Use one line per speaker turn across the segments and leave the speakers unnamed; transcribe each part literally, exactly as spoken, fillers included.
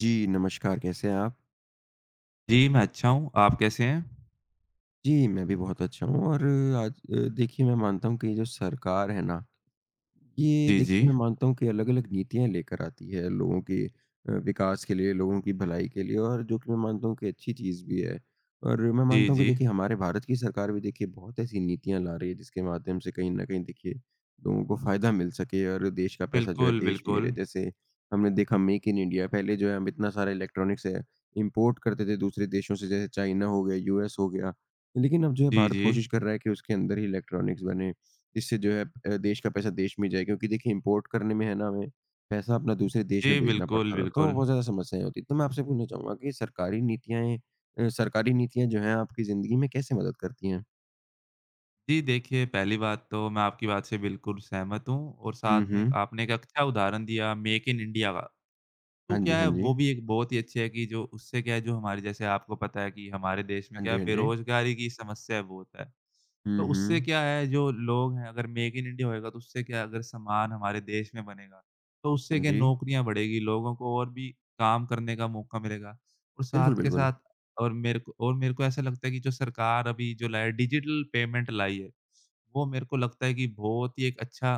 जी, नमस्कार, कैसे हैं आप?
जी, मैं अच्छा हूँ। आप कैसे हैं?
जी, मैं भी बहुत अच्छा हूँ और आज अ, देखिए मैं मानता हूँ कि ये जो सरकार है ना, ये
जी,
देखिए
जी।
मैं मानता हूँ कि अलग-अलग नीतियाँ लेकर आती है लोगों के अ, विकास के लिए, लोगों की भलाई के लिए और जो कि मैं मानता हूँ कि अच्छी चीज़ भी है। और मैं
जी,
मानता हूँ कि
जी।
देखिए हमारे भारत की सरकार भी देखिए बहुत ऐसी नीतियाँ ला रही है जिसके माध्यम से कहीं न कहीं देखिए लोगों को फ़ायदा मिल सके और देश का पैसा जो है
बिल्कुल,
देश में
बिल्कुल।
रहे। जैसे हमने देखा मेक इन इंडिया पहले जो है हम इतना सारा इलेक्ट्रॉनिक्स है इम्पोर्ट करते थे दूसरे देशों से जैसे चाइना हो गया, यूएस हो गया। लेकिन अब जो है
जी,
भारत
जी।
कोशिश कर रहा है कि उसके अंदर ही इलेक्ट्रॉनिक्स बने। इससे जो है अ, देश का पैसा देश में ही जाए क्योंकि देखिए इम्पोर्ट करने में है ना हमें पैसा अपना दूसरे देश
जी,
में भेजना
बिल्कुल,
पड़ता था, तो
बिल्कुल।
बहुत ज़्यादा समस्याएँ होती। तो मैं आपसे पूछना चाहूँगा कि सरकारी नीतियाँएँ अ, सरकारी नीतियाँ जो हैं आपकी ज़िंदगी में कैसे मदद करती हैं?
जी, देखिए पहली बात तो मैं आपकी बात से बिल्कुल सहमत हूँ और साथ
हुँ,
में
हुँ।
आपने एक अच्छा उदाहरण दिया मेक इन इंडिया का। तो
हाँ जी,
क्या
हाँ
है
जी।
वो भी एक बहुत ही अच्छी है कि जो उससे क्या है जो हमारे जैसे आपको पता है कि हमारे देश में
हाँ
क्या
जी,
है
हाँ जी।
बेरोज़गारी की समस्या है बहुत है।
हुँ,
तो उससे
हुँ।
क्या है जो लोग हैं अगर मेक इन इंडिया होएगा तो उससे क्या है अगर सामान हमारे देश में बनेगा, तो उससे
हाँ
क्या
जी।
नौकरियाँ बढ़ेगी, लोगों को और भी काम करने का मौका मिलेगा और
बिल्कुल,
साथ के
बिल्कुल।
साथ और मेरे को और मेरे को ऐसा लगता है कि जो सरकार अभी जो लाए डिजिटल पेमेंट लाई है, वो मेरे को लगता है कि बहुत ही एक अच्छा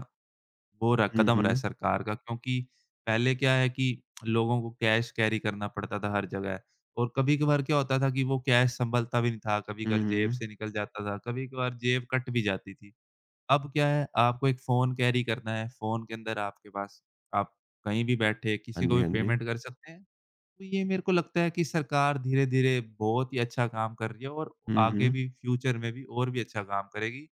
वो र
हुँ,
कदम रहा है
हुँ।
सरकार का क्योंकि पहले क्या है कि लोगों को कैश कैरी करना पड़ता था हर जगह और कभी-कभार क्या होता था कि वो कैश सँभलता भी नहीं था,
हुँ,
कभी-कभार जेब
हुँ।
से निकल जाता था, कभी-कभार जेब कट भी जाती थी। अब क्या है आपको एक फ़ोन कैरी करना है, फ़ोन के अंदर आपके पास आप कहीं भी बैठे
हाँ
किसी को
जी,
भी
हाँ जी।
पेमेंट कर सकते हैं। तो ये मेरे को लगता है कि सरकार धीरे-धीरे बहुत ही अच्छा काम कर रही है और
हुँ,
आगे
हुँ।
भी फ्यूचर में भी और भी अच्छा काम करेगी।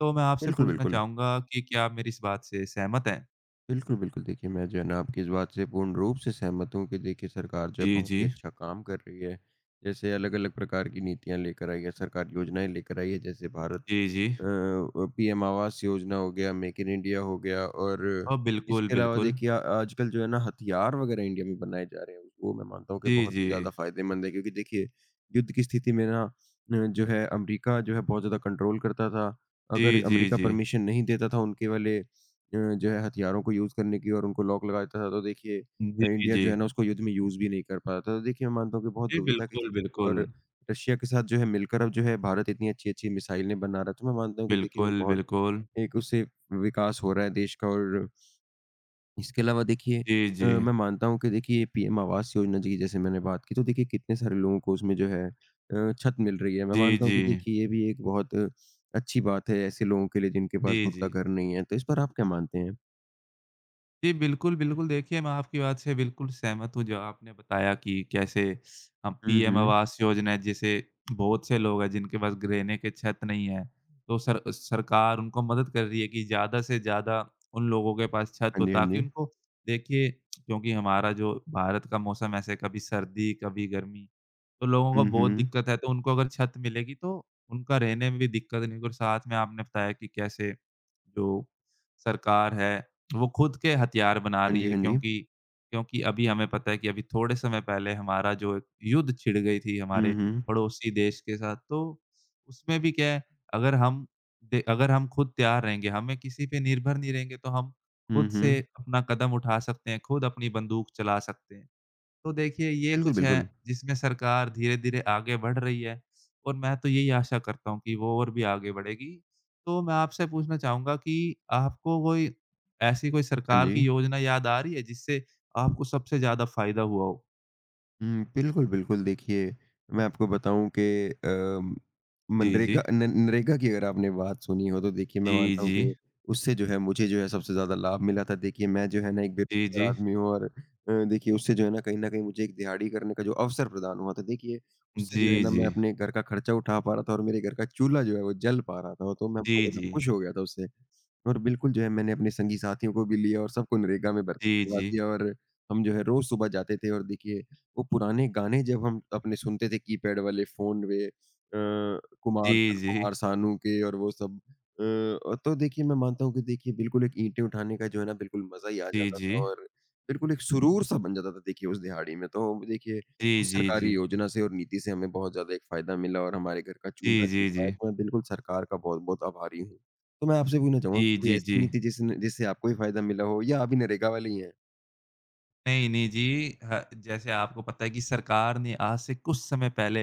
तो मैं आपसे
बिल्कुल,
पूछना
बिल्कुल।
चाहूँगा कि क्या आप मेरी इस बात से सहमत हैं?
बिल्कुल, बिल्कुल। देखिए, मैं जो है ना आपकी इस बात से पूर्ण रूप से सहमत हूँ कि देखिए सरकार जो है
जी,
बहुत
जी।
ही अच्छा काम कर रही है। जैसे अलग-अलग प्रकार की नीतियाँ लेकर आई है, सरकार योजनाएँ लेकर आई है जैसे भारत
जी, जी।
अ अ, पीएम आवास योजना हो गया, मेक इन इंडिया हो गया और
हाँ, बिल्कुल,
इसके अलावा
बिल्कुल।
देखिए अ, आजकल जो है ना हथियार वगैरह इंडिया में बनाए जा रहे हैं। वो मैं मानता हूँ कि
जी,
बहुत ही
जी।
ज़्यादा फ़ायदेमंद है क्योंकि देखिए युद्ध की स्थिति में ना अ, जो है अमेरिका जो है बहुत ज़्यादा कंट्रोल करता था।
जी,
अगर
जी,
अमेरिका
जी।
परमिशन नहीं देता था उनके वाले अ, जो है हथियारों को यूज़ करने की और उनको लॉक लगा देता था, तो देखिए अ,
जी,
इंडिया जो है
जी।
ना उसको युद्ध में यूज़ भी नहीं कर पाता था। तो देखिए मैं मानता हूँ कि बहुत
जी,
दुविधा की
बिल्कुल,
स्थिति थी
बिल्कुल।
और रशिया के साथ जो है मिलकर अब जो है भारत इतनी अच्छी-अच्छी मिसाइलें बना रहा है, तो मैं मानता हूँ कि देखिए वो
बिल्कुल,
बहुत
बिल्कुल।
एक उससे विकास हो रहा है देश का और इसके अलावा देखिए
जी,
अ,
जी।
मैं मानता हूँ कि देखिए ये पीएम आवास योजना जी की जैसे मैंने बात की, तो देखिए कितने सारे लोगों को उसमें जो है अ, छत मिल रही है। मैं
जी,
मानता हूँ
जी।
कि देखिए ये भी एक बहुत अ, अच्छी बात है ऐसे लोगों के लिए जिनके पास
जी,
खुद का
जी।
घर नहीं है। तो इस पर आप क्या मानते हैं?
जी, बिल्कुल, बिल्कुल। देखिए, मैं आपकी बात से बिल्कुल सहमत हूँ, जो आपने बताया कि कैसे अ,
हुँ,
पीएम
हुँ।
आवास योजना है, जिसे बहुत से लोग हैं, जिनके पास रहने के छत नहीं है। तो सर सरकार उनको मदद कर रही है कि ज़्यादा से ज़्यादा उन लोगों के पास छत
हाँ
हो,
जी, हाँ
ताकि
जी।
उनको देखिए, क्योंकि हमारा जो भारत का मौसम ऐसे कभी सर्दी, कभी गर्मी, तो लोगों को
हुँ,
बहुत
हुँ।
दिक्कत है। तो उनको अगर छत मिलेगी, तो उनका रहने में भी दिक्कत नहीं होगी और साथ में आपने बताया कि कैसे जो सरकार है वो खुद के हथियार बना
हाँ
रही
जी,
है
हाँ जी।
क्योंकि क्योंकि अभी हमें पता है कि अभी थोड़े समय पहले हमारा जो एक युद्ध छिड़ गई थी हमारे
हुँ, हुँ।
पड़ोसी देश के साथ, तो उसमें भी क्या है अगर हम दे अगर हम खुद तैयार रहेंगे, हमें किसी पे निर्भर नहीं रहेंगे, तो हम
हुँ,
खुद
हुँ।
से अपना कदम उठा सकते हैं, खुद अपनी बंदूक चला सकते हैं। तो देखिए ये
बिल्कुल,
कुछ है
बिल्कुल।
जिसमें सरकार धीरे-धीरे आगे बढ़ रही है और मैं तो यही आशा करता हूँ कि वो और भी आगे बढ़ेगी। तो मैं आपसे पूछना चाहूँगा कि आपको कोई ऐसी कोई
हाँ
सरकार
जी।
की योजना याद आ रही है जिससे आपको सबसे ज़्यादा फ़ायदा हुआ हो?
हुँ, बिल्कुल, बिल्कुल। देखिए, मैं आपको बताऊँ कि अम,
जी,
मनरेगा
जी।
न नरेगा की अगर आपने बात सुनी हो तो देखिए मैं
जी,
मानता हूँ
जी।
कि उससे जो है मुझे जो है सबसे ज़्यादा लाभ मिला था। देखिए मैं जो है ना एक
जी, जी।
बेरोज़गार आदमी हूँ और अ, देखिए उससे जो है ना कहीं न कहीं मुझे एक दिहाड़ी करने का जो अवसर प्रदान हुआ था देखिए, उससे
जी,
जो है ना
जी।
मैं अपने घर का खर्चा उठा पा रहा था और मेरे घर का चूल्हा जो है वो जल पा रहा था। तो मैं
जी,
बहुत ज़्यादा
जी।
खुश हो गया था उससे। और बिल्कुल जो है मैंने अपने संगी साथियों को भी लिया और सबको नरेगा में भर्ती करवा
जी,
दिया और हम जो है रोज़ सुबह जाते थे और देखिए वो पुराने गाने जब हम अपने सुनते थे कीपैड वाले फ़ोन में अ, कुमार श
जी।
कुमार सानू के और वो सब अ, और तो देखिए मैं मानता हूँ कि देखिए बिल्कुल एक ईंटें उठाने का जो है ना बिल्कुल मज़ा ही आ
जी,
जाता
जी।
था और बिल्कुल एक सुरूर सा बन जाता था देखिए उस दिहाड़ी में। तो देखिए उस
जी,
सरकारी
जी।
योजना से और नीति से हमें बहुत ज़्यादा एक फ़ायदा मिला और हमारे घर का चूल्हा
जी,
जल
जी, जी।
पाया। तो मैं बिल्कुल सरकार का बहुत-बहुत आभारी हूँ। तो मैं आपसे पूछना चाहूँगा
जी,
कि कोई
जी, जी। जी,
ऐसी
जी, जी।
नीति जिसने जिससे आपको भी फ़ायदा मिला हो या अभी नरेगा वाले ही हैं?
नहीं, नहीं जी। ह जैसे आपको पता है कि सरकार ने आज से कुछ समय पहले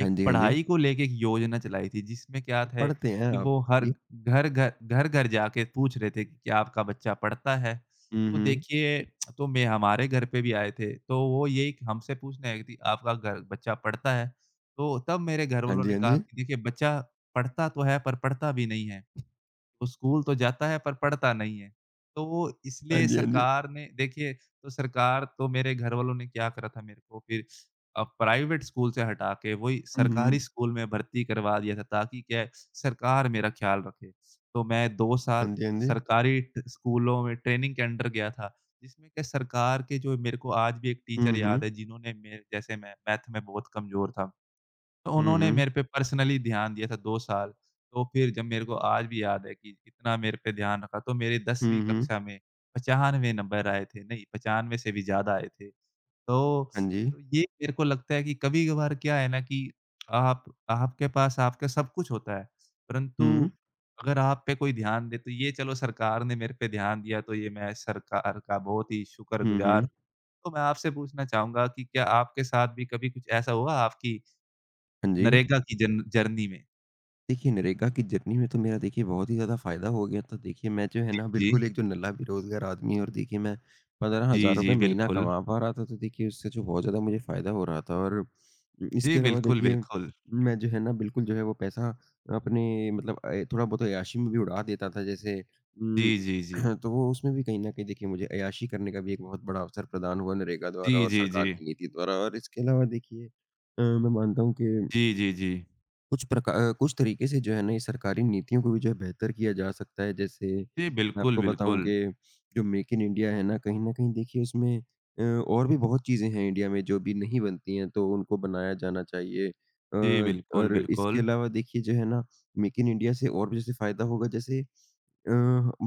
हाँ
एक
जी, हाँ जी।
पढ़ाई को लेके एक योजना चलाई थी, जिसमें क्या थे
पढ़ते हैं
कि
आप?
वो हर
जी।
घर घर घर-घर जाके पूछ रहे थे कि क्या आपका बच्चा पढ़ता है?
हुँ,
तो
हुँ।
देखिए तो मैं हमारे घर पे भी आए थे, तो वो यही हमसे पूछने आई थी, "आपका घर बच्चा पढ़ता है?" तो तब मेरे घर वालों
అండి.
ने
అండి.
कहा कि देखिए बच्चा पढ़ता तो है पर पढ़ता भी नहीं है। वो स्कूल तो जाता है पर पढ़ता नहीं है। तो वो इसलिए
అండి. అండి.
सरकार ने देखिए तो सरकार तो मेरे घर वालों ने क्या करा था मेरे को फिर अ, प्राइवेट स्कूल से हटा के वही
హుహు.
सरकारी स्कूल में भर्ती करवा दिया था ताकि क्या है सरकार मेरा ख़्याल रखे। तो मैं दो साल
అండి. అండి.
सरकारी ट स्कूलों में ट्रेनिंग के अंडर गया था। जिसमें क्या सरकार के जो मेरे को आज भी एक टीचर
హుహు.
याद है जिन्होंने मेरे जैसे मैं मैथ में बहुत कमज़ोर था। तो
హుహు.
उन्होंने मेरे पे पर्सनली ध्यान दिया था दो साल, तो फिर जब मेरे को आज भी याद है कि इतना मेरे पे ध्यान रखा, तो मेरे दसवीं
హుహు.
कक्षा में पच्चीनवे नंबर आए थे, नहीं पच्चानवे से भी ज़्यादा आए थे। तो
हाँ जी।
तो ये मेरे को लगता है कि कभी-कभार क्या है ना कि आप आपके पास आपका सब कुछ होता है,
हुँ।
परंतु अगर आप पे कोई ध्यान दे, तो ये चलो सरकार ने मेरे पे ध्यान दिया, तो ये मैं सरकार का बहुत ही
हुँ,
शुक्रगुज़ार।
हुँ।
तो मैं आपसे पूछना चाहूँगा कि क्या आपके साथ भी कभी कुछ ऐसा हुआ आपकी
हाँ जी।
नरेगा की जर्न जर्नी में।
देखिए, नरेगा की जर्नी में तो मेरा देखिए बहुत ही ज़्यादा फ़ायदा हो गया था। देखिए, मैं जो है
जी,
ना
जी।
बिल्कुल एक जो नल्ला बेरोज़गार आदमी है और देखिए मैं 15,000
जी,
रुपए
जी,
महीना
बिल्कुल।
कमा पा रहा था, तो देखिए उससे जो बहुत ज़्यादा मुझे फ़ायदा हो रहा था और इसके
जी,
अलावा
बिल्कुल,
देखिए
बिल्कुल।
मैं जो है ना बिल्कुल जो है वो पैसा अपने मतलब अ, थोड़ा बहुत अय्याशी में भी उड़ा देता था जैसे
जी,
उम,
जी, जी।
तो वो उसमें भी कहीं न कहीं देखिए मुझे अय्याशी करने का भी एक बहुत बड़ा अवसर प्रदान हुआ नरेगा
जी,
द्वारा और
जी, जी।
सरकार की नीति द्वारा और इसके अलावा देखिए अ, मैं मानता हूँ कि
जी, जी, जी।
कुछ प्रका अ, कुछ तरीके से जो है ना ये सरकारी नीतियों को भी जो है बेहतर किया जा सकता है। जैसे
जी,
मैं
बिल्कुल,
आपको बताऊँ
बिल्कुल।
कि जो मेक इन इंडिया है ना, कहीं न कहीं देखिए उसमें अ, और भी बहुत चीज़ें हैं इंडिया में जो अभी नहीं बनती हैं, तो उनको बनाया जाना चाहिए। अ,
जी, बिल्कुल,
और इसके
बिल्कुल।
अलावा देखिए जो है ना मेक इन इंडिया से और भी जैसे फ़ायदा होगा जैसे अ,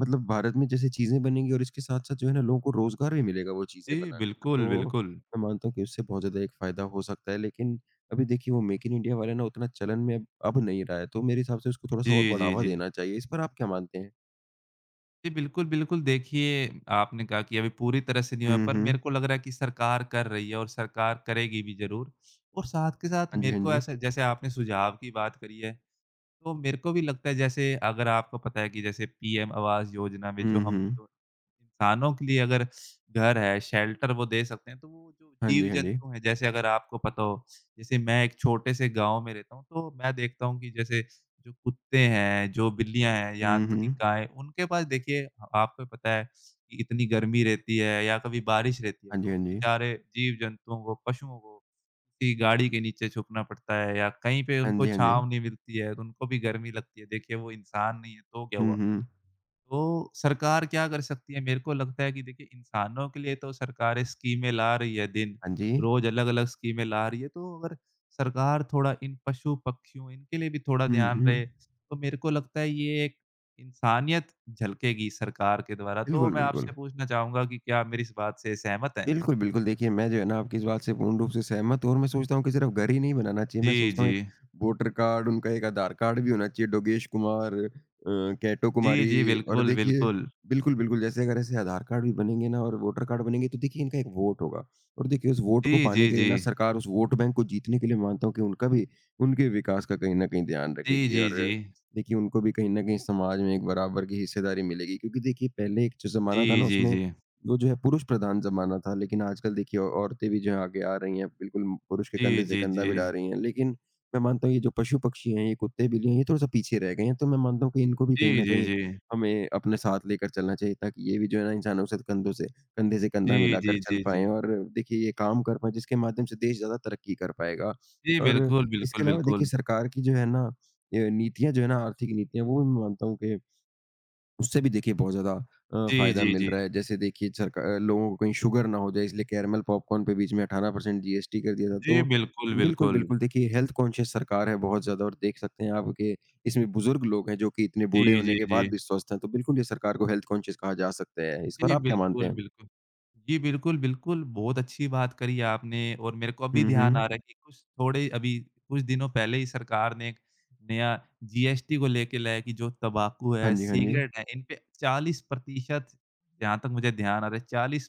मतलब भारत में जैसे चीज़ें बनेंगी और इसके साथ-साथ जो है ना लोगों को रोज़गार भी मिलेगा वो चीज़ें
जी,
बनाने का।
बिल्कुल,
तो
बिल्कुल।
मैं मानता हूँ कि उससे बहुत ज़्यादा एक फ़ायदा हो सकता है। लेकिन अभी देखिए वो मेक इन इंडिया वाला ना उतना चलन में अब अब नहीं रहा है। तो मेरे हिसाब से उसको थोड़ा-सा और
जी, जी,
बढ़ावा
जी।
देना चाहिए। इस पर आप क्या मानते हैं?
जी, बिल्कुल, बिल्कुल, देखिए आपने कहा कि अभी पूरी तरह से नहीं हुआ
हुँ,
पर मेरे
हुँ।
को लग रहा है कि सरकार कर रही है और सरकार करेगी भी ज़रूर। और साथ के साथ
हाँ जी,
मेरे
हाँ
को
जी।
ऐसा जैसे आपने सुझाव की बात करी है तो मेरे को भी लगता है जैसे अगर आपको पता है कि जैसे पीएम आवास योजना में जो
हुँ, हुँ।
हम जो इंसानों के लिए अगर घर है, शेल्टर वो दे सकते हैं, तो वो जो
हाँ जी, हाँ जी।
जीव-जंतु हैं, जैसे अगर आपको पता हो, जैसे मैं एक छोटे से गाँव में रहता हूँ, तो मैं देखता हूँ कि जैसे जो कुत्ते हैं, जो बिल्लियाँ हैं, यहाँ
हुँ,
तक कि
हुँ।
गाय, उनके पास देखिए अ, आपको पता है कि इतनी गर्मी रहती है या कभी बारिश रहती है,
हाँ जी,
तो
हाँ
उन
जी।
बेचारे जीव-जंतुओं को, पशुओं को किसी गाड़ी के नीचे छुपना पड़ता है या कहीं पे
हाँ
उनको
जी, हाँ जी।
छाँव नहीं मिलती है, तो उनको भी गर्मी लगती है। देखिए वो इंसान नहीं है तो क्या
हुँ,
हुआ?
हुँ।
तो सरकार क्या कर सकती है? मेरे को लगता है कि देखिए इंसानों के लिए तो सरकारें स्कीमें ला रही है दिन
हाँ जी।
रोज़ अलग-अलग स्कीमें ला रही है। तो अगर सरकार थोड़ा इन पशु-पक्षियों इनके लिए भी थोड़ा
हुँ,
ध्यान
हुँ।
रहे, तो मेरे को लगता है ये एक इंसानियत झलकेगी सरकार के द्वारा। तो
बिल्कुल,
मैं
बिल्कुल।
आपसे पूछना चाहूँगा कि क्या आप मेरी इस बात से सहमत हैं?
बिल्कुल, बिल्कुल। देखिए, मैं जो है ना आपकी इस बात से पूर्ण रूप से सहमत हूँ और मैं सोचता हूँ कि सिर्फ़ घर ही नहीं बनाना चाहिए, मैं
जी,
सोचता हूँ
जी।
एक वोटर कार्ड, उनका एक आधार कार्ड भी होना चाहिए, डोगेश कुमार अ, कैटो
जी,
कुमारी
जी।
और
बिल्कुल,
देखिए
बिल्कुल।
बिल्कुल, बिल्कुल, जैसे अगर ऐसे आधार कार्ड भी बनेंगे ना और वोटर कार्ड बनेंगे, तो देखिए इनका एक वोट होगा और देखिए उस वोट
जी,
को पाने
जी,
के लिए
जी।
ना सरकार उस वोट बैंक को जीतने के लिए मानता हूँ कि उनका भी उनके विकास का कहीं न कहीं ध्यान
जी,
रखेगी
जी,
और
जी।
देखिए उनको भी कहीं न कहीं समाज में एक बराबर की हिस्सेदारी मिलेगी क्योंकि देखिए पहले एक जो ज़माना था
जी,
ना
जी,
उसमें
जी।
वो जो है पुरुष प्रधान ज़माना था, लेकिन आजकल देखिए औ- औरतें भी जो है आगे आ रही हैं, बिल्कुल पुरुष के
जी,
कंधे से
जी,
कंधा भी
जी।
भिड़ा रही हैं। लेकिन मैं मानता हूँ ये जो पशु-पक्षी हैं, ये कुत्ते-बिल्ली हैं, ये थोड़ा-सा पीछे रह गए हैं। तो मैं मानता हूँ कि इनको भी कहीं
जी,
न
जी,
कहीं
जी।
हमें अपने साथ लेकर चलना चाहिए ताकि ये भी जो है ना इंसानों के साथ कंधों से कंधे से कंधा
जी, जी,
मिलाकर चल
जी, जी।
पाएँ और देखिए ये काम कर पाएँ, जिसके माध्यम से देश ज़्यादा तरक्की कर पाएगा।
जी,
और
बिल्कुल,
इसके
बिल्कुल,
अलावा देखिए
बिल्कुल।
सरकार की जो है ना, ये नीतियाँ जो है ना आर्थिक नीतियाँ, वो भी मैं मानता हूँ कि उससे भी देखिए बहुत ज़्यादा अ,
जी,
फ़ायदा
जी,
मिल
जी।
रहा है। जैसे देखिए सरका अ, लोगों को कहीं शुगर ना हो जाए इसलिए कैरमल पॉपकॉर्न पे बीच में अठारह प्रतिशत जीएसटी कर दिया था।
जी,
तो
बिल्कुल,
बिल्कुल,
बिल्कुल।
बिल्कुल देखिए हेल्थ कॉन्शियस सरकार है बहुत ज़्यादा और देख सकते हैं आप कि इसमें बुज़ुर्ग लोग हैं जो कि इतने
जी,
बूढ़े होने
जी,
के
जी।
बाद भी स्वस्थ हैं। तो बिल्कुल ये सरकार को हेल्थ कॉन्शियस कहा जा सकता है। इस पर
जी,
आप क्या मानते
बिल्कुल,
हैं?
बिल्कुल। जी, बिल्कुल, बिल्कुल, बहुत अच्छी बात करी आपने और मेरे को अभी
हुँ,
ध्यान आ रहा
हुँ।
है कि कुछ थोड़े अभी कुछ दिनों पहले ही सरकार ने एक नया जीएसटी को लेके लाया कि जो तम्बाकू
हाँ
है,
जी, हाँ जी।
सिगरेट है, इन पे चालीस परसेंट जहाँ तक मुझे ध्यान आ रहा है चालीस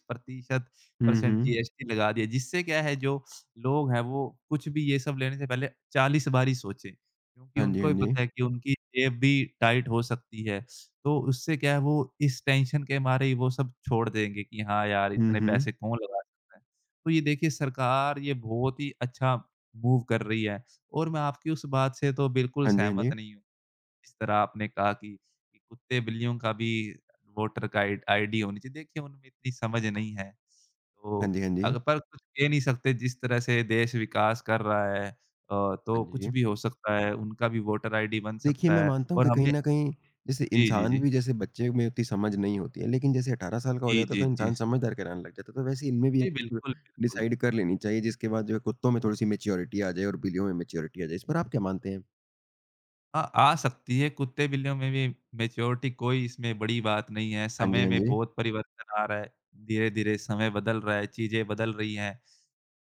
हुँ,
परसेंट
हुँ।
जीएसटी लगा दिया, जिससे क्या है जो लोग हैं वो कुछ भी ये सब लेने से पहले चालीस बार ही सोचें, क्योंकि
हाँ जी,
उनको भी
हाँ जी।
पता है कि उनकी जेब भी टाइट हो सकती है। तो उससे क्या है वो इस टेंशन के मारे ही वो सब छोड़ देंगे कि हाँ यार
हुँ,
इतने
हुँ।
पैसे कौन लगा सकता है। तो ये देखिए सरकार ये बहुत ही अच्छा मूव कर रही है और मैं आपकी उस बात से तो बिल्कुल
हाँ जी, हाँ जी।
सहमत नहीं हूँ। जिस तरह आपने कहा कि कि कुत्ते-बिल्लियों का भी वोटर का आइ आईडी होनी चाहिए। देखिए उनमें इतनी समझ नहीं है।
हाँ
तो
जी, हाँ जी।
अगर पर कुछ कह नहीं सकते जिस तरह से देश विकास कर रहा है अ, तो
हाँ
कुछ
जी।
भी हो सकता है, उनका भी वोटर आईडी बन
देखिए,
सकता
मैं
है
मानता हूँ
और
कि कहीं
हमें
न कहीं जैसे
जी, जी,
इंसान
जी।
भी जैसे बच्चे में उतनी समझ नहीं होती है, लेकिन जैसे अठारह साल का हो
जी,
जाता है तो
जी, जी।
इंसान समझदार कहलाने लग जाता है, तो वैसे इनमें भी
जी, बिल्कुल, बिल्कुल।
डिसाइड कर लेनी चाहिए जिसके बाद जो है कुत्तों में थोड़ी-सी मैच्योरिटी आ जाए और बिल्लियों में मैच्योरिटी आ जाए। इस पर आप क्या मानते हैं?
हाँ, आ सकती है कुत्ते-बिल्लियों में भी मैच्योरिटी कोई इसमें बड़ी बात नहीं है,
हाँ जी,
समय
हाँ
में
जी।
बहुत परिवर्तन आ रहा है। धीरे-धीरे समय बदल रहा है, चीज़ें बदल रही हैं,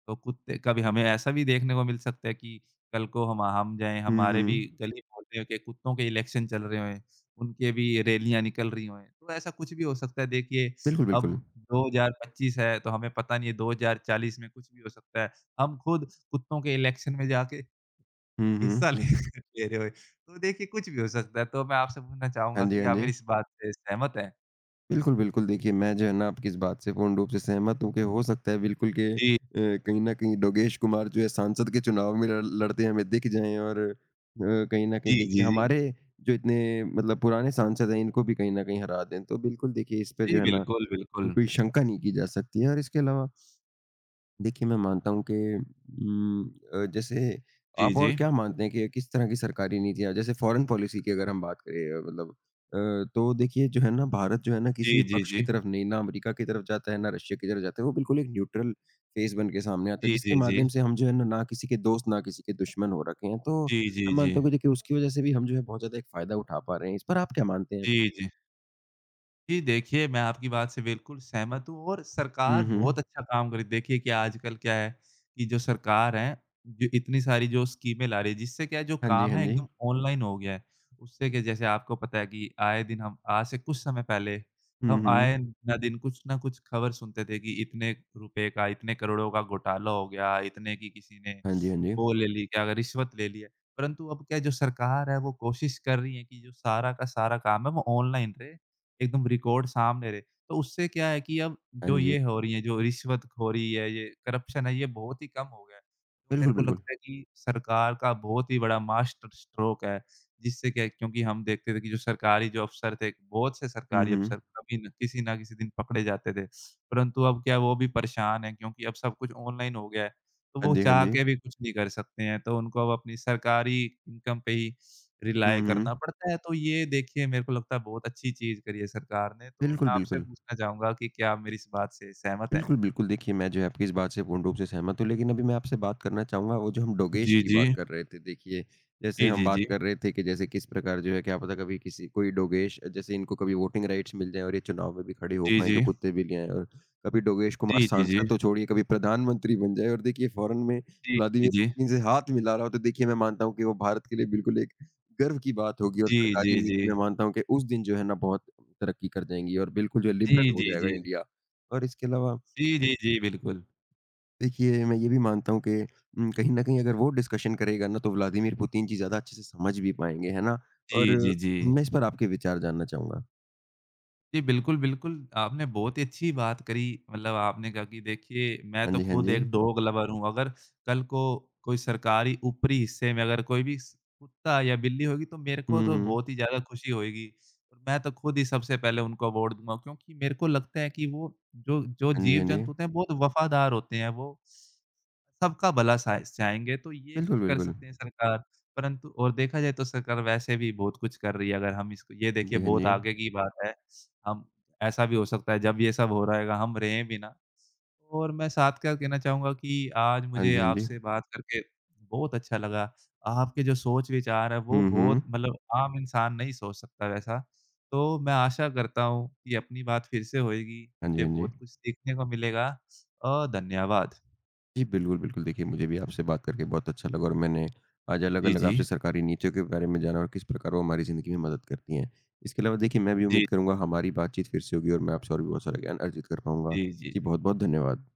तो कुत्ते कभी हमें ऐसा भी देखने को मिल सकता है कि कल को हम हम जाएँ,
हुँ,
हमारे भी
हुँ।
गली-मोहल्ले के कुत्तों के इलेक्शन चल रहे हों, उनके भी रैलियाँ निकल रही हों, तो ऐसा कुछ भी हो सकता है। देखिए,
बिल्कुल,
अब
बिल्कुल।
दो हज़ार पच्चीस है, तो हमें पता नहीं है दो हज़ार चालीस में कुछ भी हो सकता है। हम खुद कुत्तों के इलेक्शन में जाके
हुँ, हुँ।
हिस्सा ले ले रहे हो। तो देखिए कुछ भी हो सकता है, तो मैं आपसे पूछना
हाँ
चाहूँगा
जी,
कि
हाँ
आप
जी।
मेरी इस बात से सहमत हैं?
बिल्कुल, बिल्कुल। देखिए, मैं जो है ना आपकी इस बात से पूर्ण रूप से सहमत हूँ कि हो सकता है बिल्कुल कि अ,
जी,
कहीं न कहीं योगेश कुमार जो है सांसद के चुनाव में लड़ लड़ते हमें दिख जाएँ और अ, कहीं न कहीं
जी, जी,
देखिए
जी।
हमारे जो इतने मतलब पुराने सांसद हैं इनको भी कहीं न कहीं हरा दें। तो बिल्कुल देखिए इस पे जो
जी,
है ना,
बिल्कुल, बिल्कुल।
कोई शंका नहीं की जा सकती है और इसके अलावा देखिए, मैं मानता हूँ कि उम, अ, जैसे
जी,
आप
जी।
और क्या मानते हैं कि किस तरह की सरकारी नीतियाँ जैसे फ़ॉरेन पॉलिसी की अगर हम बात करें अ, मतलब अ, तो देखिए जो है ना भारत जो है ना
जी,
किसी भी
जी,
पक्ष की
जी।
तरफ नहीं, ना अमेरिका की तरफ जाता है, ना रशिया की तरफ जाता है। वो बिल्कुल एक न्यूट्रल फ़ेस बन के सामने आता है,
जी, जी,
जिसके
जी।
माध्यम से हम जो है ना, ना किसी के दोस्त, ना किसी के दुश्मन हो रखे हैं। तो
जी, जी,
मैं
जी।
मानता हूँ कि देखिए उसकी वज़ह से भी हम जो है बहुत ज़्यादा एक फ़ायदा उठा पा रहे हैं। इस पर आप क्या मानते हैं?
जी, जी। जी, देखिए मैं आपकी बात से बिल्कुल सहमत हूँ और
हुँ,
सरकार बहुत
हुँ।
अच्छा काम कर रही है। देखिए कि आजकल क्या है कि जो सरकार है, जो इतनी सारी जो स्कीमें ला रही है जिससे क्या है जो
हाँ जी,
काम
हाँ
है
जी।
एकदम ऑनलाइन हो गया है। उससे क्या जैसे आपको पता है कि आए दिन हम आज से कुछ समय पहले
हुँ,
हम
हुँ।
आए ना दिन कुछ ना कुछ खबर सुनते थे कि इतने रुपए का, इतने करोड़ों का घोटाला हो गया, इतने की किसी ने
हाँ जी, हाँ जी।
वो ले ली, क्या रिश्वत ले ली है। परंतु अब क्या है जो सरकार है वो कोशिश कर रही है कि जो सारा का सारा काम है वो ऑनलाइन रहे। एकदम रिकॉर्ड सामने रहे। तो उससे क्या है कि अब
हाँ
जो
जी।
ये हो रही है, जो रिश्वतखोरी है, ये करप्शन है, ये बहुत ही कम हो गया है। तो मेरे
बिल्कुल,
को
बिल्कुल।
लगता है कि सरकार का बहुत ही बड़ा मास्टर स्ट्रोक है, जिससे क्या है क्योंकि हम देखते थे कि जो सरकारी जो अफ़सर थे, बहुत से
हुँ,
सरकारी
हुँ।
अफ़सर कभी न किसी ना किसी दिन पकड़े जाते थे। परंतु अब क्या है वो भी परेशान हैं क्योंकि अब सब कुछ ऑनलाइन हो गया है, तो
हाँ
वो
जी, हाँ
चाह
जी।
के भी कुछ नहीं कर सकते हैं। तो उनको अब अपनी सरकारी इनकम पे ही
हुँ,
रिलाय
हुँ।
करना पड़ता है, तो ये देखिए मेरे को लगता है बहुत अच्छी चीज़ करी है सरकार ने, तो
बिल्कुल,
मैं आपसे
बिल्कुल।
पूछना चाहूँगा कि क्या आप मेरी इस बात से सहमत हैं?
बिल्कुल, बिल्कुल। देखिए, मैं जो है आपकी इस बात से पूर्ण रूप से सहमत हूँ, लेकिन अभी मैं आपसे बात करना चाहूँगा वो जो हम डोगेश
जी,
की
जी।
बात कर रहे थे। देखिए, जैसे
जी,
हम
जी,
बात
जी।
कर रहे थे कि जैसे किस प्रकार जो है क्या पता कभी किसी कोई डोगेश जैसे इनको कभी वोटिंग राइट्स मिल जाएँ और ये चुनाव में भी खड़े हो
जी,
पाएँ, जो
जी।
कुत्ते बिल्लियाँ हैं और कभी डोगेश कुमार
जी, जी, जी।
सांसद तो छोड़िए, कभी प्रधानमंत्री बन जाएँ और देखिए फ़ौरन में
जी, जी,
व्लादिमीर
जी।
पुतिन से हाथ मिला रहा हो, तो देखिए मैं मानता हूँ कि वो भारत के लिए बिल्कुल एक गर्व की बात होगी और
जी, जी,
सरकारी
जी।
नीति मैं मानता हूँ कि उस दिन जो है ना बहुत तरक्की कर जाएँगी और बिल्कुल जो है
जी,
लिबरल हो
जी,
जाएगा
जी।
इंडिया। और इसके अलावा
जी, जी, जी, बिल्कुल।
देखिए, मैं ये भी मानता हूँ कि उम, कहीं न कहीं अगर वो डिस्कशन करेगा ना तो व्लादिमीर पुतिन जी ज़्यादा अच्छे से समझ भी पाएँगे, है ना?
जी,
और
जी, जी।
मैं इस पर आपके विचार जानना चाहूँगा।
जी, बिल्कुल, बिल्कुल। आपने बहुत ही अच्छी बात करी मतलब आपने कहा कि देखिए मैं
हाँ
तो
जी, हाँ
खुद
जी।
एक डॉग लवर हूँ, अगर कल को कोई सरकारी ऊपरी हिस्से में अगर कोई भी स कुत्ता या बिल्ली होगी तो मेरे को
हुँ,
तो
हुँ।
बहुत ही ज़्यादा खुशी होएगी। और मैं तो खुद ही सबसे पहले उनको अवार्ड दूँगा क्योंकि मेरे को लगता है कि वो जो जो
हाँ जी, हाँ जी।
जीव-जंतु होते हैं बहुत वफ़ादार होते हैं। वो सबका भला साय चाहेंगे तो ये कुछ
बिल्कुल,
कर
बिल्कुल।
सकते हैं सरकार, परंतु और देखा जाए तो सरकार वैसे भी बहुत कुछ कर रही है अगर हम इसको ये
हाँ
देखिए
जी, हाँ
बहुत
जी।
आगे की बात है। हम ऐसा भी हो सकता है जब ये सब हो रहेगा हम रहें भी ना और मैं साथ क्या कहना चाहूँगा कि आज
हाँ
मुझे
जी, हाँ जी।
आपसे बात करके बहुत अच्छा लगा। आपके जो सोच-विचार है वो
हुँ, हुँ।
बहुत मतलब आम इंसान नहीं सोच सकता वैसा। तो मैं आशा करता हूँ कि अपनी बात फिर से होएगी,
हाँ जी,
मुझे
हाँ जी।
बहुत कुछ सीखने को मिलेगा। अ, धन्यवाद।
जी, बिल्कुल, बिल्कुल। देखिए, मुझे भी आपसे बात करके बहुत अच्छा लगा और मैंने आज
जी,
अलग-अलग
जी।
आपसे सरकारी नीतियों के बारे में जाना और किस प्रकार वो हमारी ज़िंदगी में मदद करती हैं। इसके अलावा देखिए, मैं भी उम्मीद
जी।
करूँगा हमारी बातचीत फिर से होगी और मैं आपसे और भी बहुत सारा ज्ञान अर्जित कर पाऊँगा।
जी, जी,
जी, बहुत-बहुत
जी।
धन्यवाद।